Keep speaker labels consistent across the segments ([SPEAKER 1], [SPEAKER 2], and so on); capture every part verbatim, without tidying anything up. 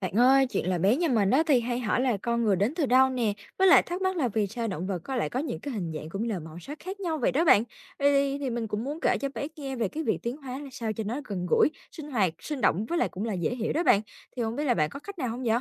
[SPEAKER 1] Bạn ơi, chuyện là bé nhà mình đó thì hay hỏi là con người đến từ đâu nè, với lại thắc mắc là vì sao động vật có lại có những cái hình dạng cũng như là màu sắc khác nhau vậy đó bạn. Vậy Thì, thì mình cũng muốn kể cho bé nghe về cái việc tiến hóa là sao cho nó gần gũi, sinh hoạt, sinh động, với lại cũng là dễ hiểu đó bạn. Thì không biết là bạn có cách nào không vậy?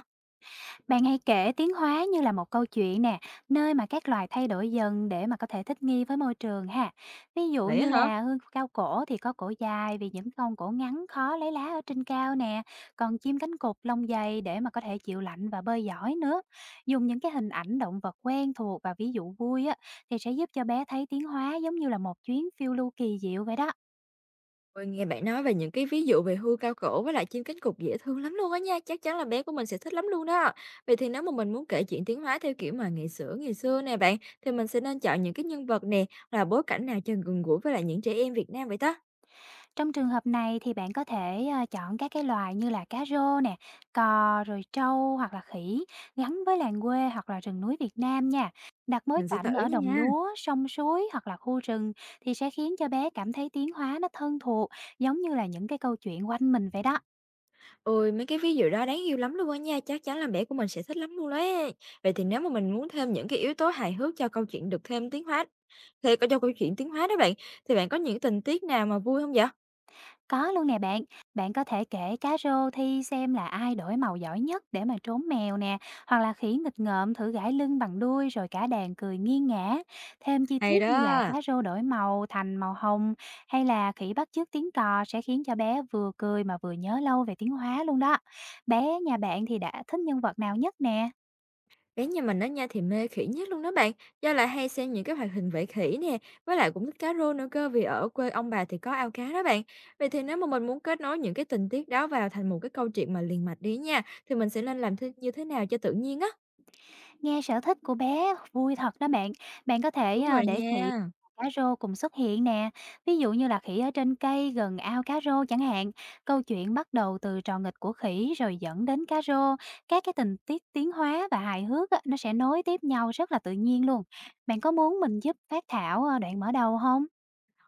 [SPEAKER 2] Bạn hãy kể tiến hóa như là một câu chuyện nè, nơi mà các loài thay đổi dần để mà có thể thích nghi với môi trường ha. Ví dụ
[SPEAKER 1] Vậy
[SPEAKER 2] như
[SPEAKER 1] hả?
[SPEAKER 2] là hương cao cổ thì có cổ dài vì những con cổ ngắn khó lấy lá ở trên cao nè, còn chim cánh cụt lông dày để mà có thể chịu lạnh và bơi giỏi nữa. Dùng những cái hình ảnh động vật quen thuộc và ví dụ vui á thì sẽ giúp cho bé thấy tiến hóa giống như là một chuyến phiêu lưu kỳ diệu vậy đó.
[SPEAKER 1] Ôi, nghe bạn nói về những cái ví dụ về hươu cao cổ với lại chim cánh cụt dễ thương lắm luôn á nha, chắc chắn là bé của mình sẽ thích lắm luôn đó. Vậy thì nếu mà mình muốn kể chuyện tiến hóa theo kiểu mà ngày xưa ngày xưa nè bạn, thì mình sẽ nên chọn những cái nhân vật nè, là bối cảnh nào cho gần gũi với lại những trẻ em Việt Nam vậy ta?
[SPEAKER 2] Trong trường hợp này thì bạn có thể, ờ, chọn các cái loài như là cá rô nè, cò, rồi trâu hoặc là khỉ gắn với làng quê hoặc là rừng núi Việt Nam nha. Đặt bối
[SPEAKER 1] Mình sẽ thử
[SPEAKER 2] cảnh ở đồng
[SPEAKER 1] nha.
[SPEAKER 2] lúa, sông suối hoặc là khu rừng thì sẽ khiến cho bé cảm thấy tiếng hóa nó thân thuộc, giống như là những cái câu chuyện quanh mình vậy đó.
[SPEAKER 1] Ôi, mấy cái ví dụ đó đáng yêu lắm luôn á nha, chắc chắn là bé của mình sẽ thích lắm luôn đấy. Vậy thì nếu mà mình muốn thêm những cái yếu tố hài hước cho câu chuyện được thêm tiến hóa, thì cho câu chuyện tiến hóa đó bạn, thì bạn có những tình tiết nào mà vui không vậy?
[SPEAKER 2] Có luôn nè bạn, bạn có thể kể cá rô thi xem là ai đổi màu giỏi nhất để mà trốn mèo nè, hoặc là khỉ nghịch ngợm thử gãi lưng bằng đuôi rồi cả đàn cười nghiêng ngã. Thêm chi
[SPEAKER 1] Hay
[SPEAKER 2] tiết như là cá
[SPEAKER 1] đó.
[SPEAKER 2] rô đổi màu thành màu hồng hay là khỉ bắt chước tiếng cò sẽ khiến cho bé vừa cười mà vừa nhớ lâu về tiếng hóa luôn đó. Bé nhà bạn thì đã thích nhân vật nào nhất nè?
[SPEAKER 1] Bé nhà mình đó nha thì mê khỉ nhất luôn đó bạn, do là hay xem những cái hoạt hình về khỉ nè, với lại cũng thích cá rô nữa cơ, vì ở quê ông bà thì có ao cá đó bạn. Vậy thì nếu mà mình muốn kết nối những cái tình tiết đó vào thành một cái câu chuyện mà liền mạch đi nha, thì mình sẽ nên làm thế như thế nào cho tự nhiên á?
[SPEAKER 2] Nghe sở thích của bé vui thật đó bạn. Bạn có thể,
[SPEAKER 1] Đúng
[SPEAKER 2] a,
[SPEAKER 1] rồi
[SPEAKER 2] để khỉ
[SPEAKER 1] nha.
[SPEAKER 2] và cá rô cùng xuất hiện nè, ví dụ như là khỉ ở trên cây gần ao cá rô chẳng hạn. Câu chuyện bắt đầu từ trò nghịch của khỉ rồi dẫn đến cá rô, các cái tình tiết tiến hóa và hài hước á, nó sẽ nối tiếp nhau rất là tự nhiên luôn. Bạn có muốn mình giúp phát thảo, a, đoạn mở đầu không?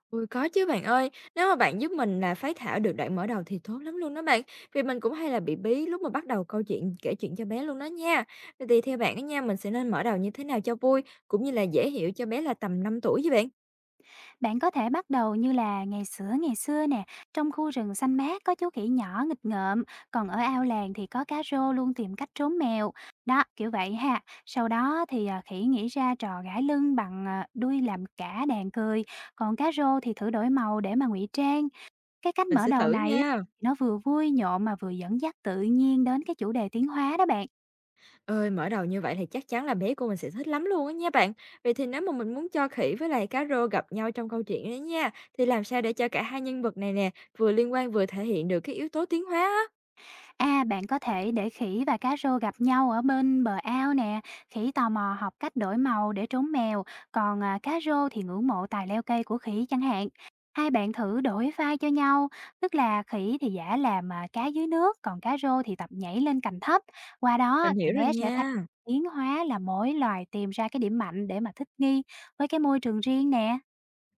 [SPEAKER 1] Ui có chứ bạn ơi, nếu mà bạn giúp mình là phái thảo được đoạn mở đầu thì tốt lắm luôn đó bạn. Vì mình cũng hay là bị bí lúc mà bắt đầu câu chuyện kể chuyện cho bé luôn đó nha. Vậy thì theo bạn á nha, mình sẽ nên mở đầu như thế nào cho vui, cũng như là dễ hiểu cho bé là tầm năm tuổi với bạn.
[SPEAKER 2] Bạn có thể bắt đầu như là ngày xửa ngày xưa nè, trong khu rừng xanh mát có chú khỉ nhỏ nghịch ngợm, còn ở ao làng thì có cá rô luôn tìm cách trốn mèo. Đó, kiểu vậy ha. Sau đó thì à, khỉ nghĩ ra trò gãi lưng bằng à, đuôi làm cả đàn cười, còn cá rô thì thử đổi màu để mà ngụy trang. Cái cách
[SPEAKER 1] Mình
[SPEAKER 2] mở
[SPEAKER 1] sẽ
[SPEAKER 2] đầu
[SPEAKER 1] thử
[SPEAKER 2] này á,
[SPEAKER 1] nha.
[SPEAKER 2] nó vừa vui nhộn mà vừa dẫn dắt tự nhiên đến cái chủ đề tiến hóa đó bạn.
[SPEAKER 1] Ơi, mở đầu như vậy thì chắc chắn là bé của mình sẽ thích lắm luôn á nha bạn. Vậy thì nếu mà mình muốn cho khỉ với lại cá rô gặp nhau trong câu chuyện đấy nha, thì làm sao để cho cả hai nhân vật này nè, vừa liên quan vừa thể hiện được cái yếu tố tiến hóa á?
[SPEAKER 2] À, bạn có thể để khỉ và cá rô gặp nhau ở bên bờ ao nè. Khỉ tò mò học cách đổi màu để trốn mèo, còn à, cá rô thì ngưỡng mộ tài leo cây của khỉ chẳng hạn. Hai bạn thử đổi vai cho nhau, tức là khỉ thì giả làm à, cá dưới nước, còn cá rô thì tập nhảy lên cành thấp. Qua đó
[SPEAKER 1] Mình
[SPEAKER 2] thì
[SPEAKER 1] hiểu rồi
[SPEAKER 2] bé sẽ thấy
[SPEAKER 1] nha.
[SPEAKER 2] tiến hóa là mỗi loài tìm ra cái điểm mạnh để mà thích nghi với cái môi trường riêng nè.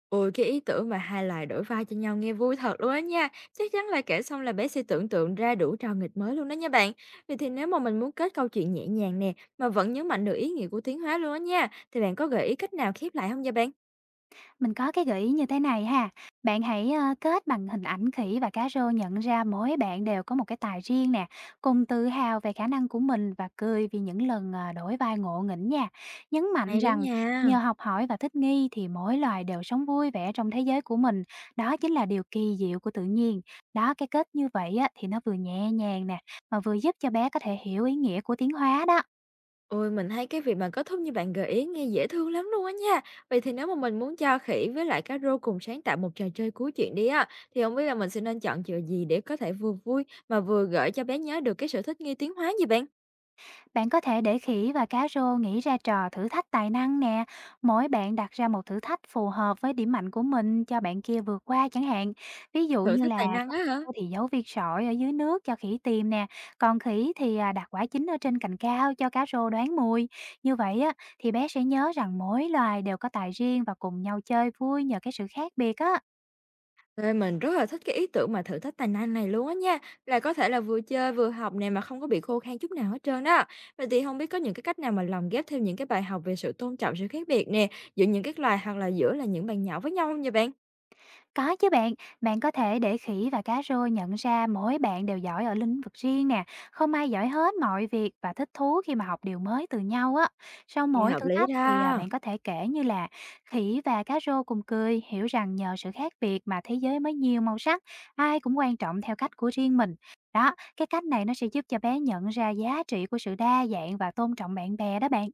[SPEAKER 1] Ôi, cái ý tưởng mà hai loài đổi vai cho nhau nghe vui thật luôn á nha. Chắc chắn là kể xong là bé sẽ tưởng tượng ra đủ trò nghịch mới luôn đó nha bạn. Vậy thì nếu mà mình muốn kết câu chuyện nhẹ nhàng nè, mà vẫn nhấn mạnh được ý nghĩa của tiến hóa luôn á nha, thì bạn có gợi ý cách nào khép lại không nha bạn?
[SPEAKER 2] Mình có cái gợi ý như thế này ha, bạn hãy, ơ, kết bằng hình ảnh khỉ và cá rô nhận ra mỗi bạn đều có một cái tài riêng nè, cùng tự hào về khả năng của mình và cười vì những lần, ờ, đổi vai ngộ nghĩnh nha. Nhấn mạnh
[SPEAKER 1] Hay đó
[SPEAKER 2] rằng nhờ
[SPEAKER 1] nha.
[SPEAKER 2] học hỏi và thích nghi thì mỗi loài đều sống vui vẻ trong thế giới của mình, đó chính là điều kỳ diệu của tự nhiên. Đó, cái kết như vậy á, thì nó vừa nhẹ nhàng nè, mà vừa giúp cho bé có thể hiểu ý nghĩa của tiến hóa đó.
[SPEAKER 1] Ôi, mình thấy cái việc mà kết thúc như bạn gợi ý nghe dễ thương lắm luôn á nha. Vậy thì nếu mà mình muốn cho khỉ với lại cá rô cùng sáng tạo một trò chơi cuối chuyện đi á, thì không biết là mình sẽ nên chọn trò gì để có thể vừa vui mà vừa gợi cho bé nhớ được cái sở thích nghi tiến hóa gì bạn?
[SPEAKER 2] Bạn có thể để khỉ và cá rô nghĩ ra trò thử thách tài năng nè. Mỗi bạn đặt ra một thử thách phù hợp với điểm mạnh của mình cho bạn kia vượt qua chẳng hạn. Ví dụ
[SPEAKER 1] Thử
[SPEAKER 2] như
[SPEAKER 1] thách
[SPEAKER 2] là
[SPEAKER 1] tài năng
[SPEAKER 2] con
[SPEAKER 1] á hả?
[SPEAKER 2] rô thì giấu viên sỏi ở dưới nước cho khỉ tìm nè, còn khỉ thì à, đặt quả chín ở trên cành cao cho cá rô đoán mùi. Như vậy á thì bé sẽ nhớ rằng mỗi loài đều có tài riêng và cùng nhau chơi vui nhờ cái sự khác biệt á.
[SPEAKER 1] Ê, mình rất là thích cái ý tưởng mà thử thách tài năng này luôn á nha. Là có thể là vừa chơi vừa học này mà không có bị khô khan chút nào hết trơn đó. Vậy thì không biết có những cái cách nào mà lồng ghép thêm những cái bài học về sự tôn trọng sự khác biệt nè, giữa những cái loài hoặc là giữa là những bạn nhỏ với nhau không nha bạn?
[SPEAKER 2] Có chứ bạn, bạn có thể để khỉ và cá Rô nhận ra mỗi bạn đều giỏi ở lĩnh vực riêng nè, không ai giỏi hết mọi việc và thích thú khi mà học điều mới từ nhau á. Sau
[SPEAKER 1] Nghe
[SPEAKER 2] mỗi
[SPEAKER 1] hợp
[SPEAKER 2] thử
[SPEAKER 1] lý
[SPEAKER 2] thách thì à,
[SPEAKER 1] đó.
[SPEAKER 2] bạn có thể kể như là khỉ và cá rô cùng cười, hiểu rằng nhờ sự khác biệt mà thế giới mới nhiều màu sắc, ai cũng quan trọng theo cách của riêng mình. Đó, cái cách này nó sẽ giúp cho bé nhận ra giá trị của sự đa dạng và tôn trọng bạn bè đó bạn.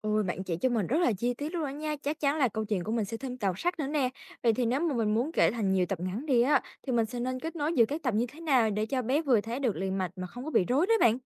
[SPEAKER 1] Ôi, bạn chỉ cho mình rất là chi tiết luôn đó nha, chắc chắn là câu chuyện của mình sẽ thêm tàu sắc nữa nè. Vậy thì nếu mà mình muốn kể thành nhiều tập ngắn đi á, thì mình sẽ nên kết nối giữa các tập như thế nào để cho bé vừa thấy được liền mạch mà không có bị rối đấy bạn?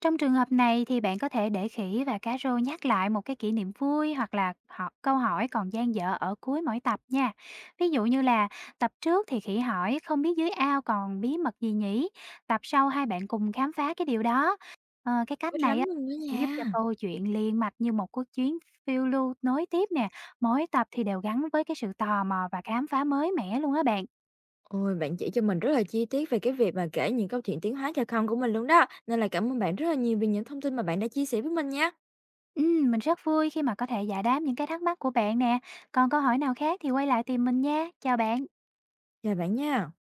[SPEAKER 2] Trong trường hợp này thì bạn có thể để khỉ và cá rô nhắc lại một cái kỷ niệm vui hoặc là họ câu hỏi còn dang dở ở cuối mỗi tập nha. Ví dụ như là tập trước thì khỉ hỏi không biết dưới ao còn bí mật gì nhỉ? Tập sau hai bạn cùng khám phá cái điều đó. Ờ, cái cách
[SPEAKER 1] Ít
[SPEAKER 2] này
[SPEAKER 1] lắm
[SPEAKER 2] á
[SPEAKER 1] luôn đó
[SPEAKER 2] sẽ giúp cho
[SPEAKER 1] nha.
[SPEAKER 2] câu chuyện liền mạch như một cuộc chuyến phiêu lưu nối tiếp nè. Mỗi tập thì đều gắn với cái sự tò mò và khám phá mới mẻ luôn á bạn.
[SPEAKER 1] Ôi, bạn chỉ cho mình rất là chi tiết về cái việc mà kể những câu chuyện tiến hóa cho con của mình luôn đó. Nên là cảm ơn bạn rất là nhiều vì những thông tin mà bạn đã chia sẻ với mình nha.
[SPEAKER 2] Ừm, mình rất vui khi mà có thể giải đáp những cái thắc mắc của bạn nè. Còn câu hỏi nào khác thì quay lại tìm mình nha. Chào bạn.
[SPEAKER 1] Chào bạn nha.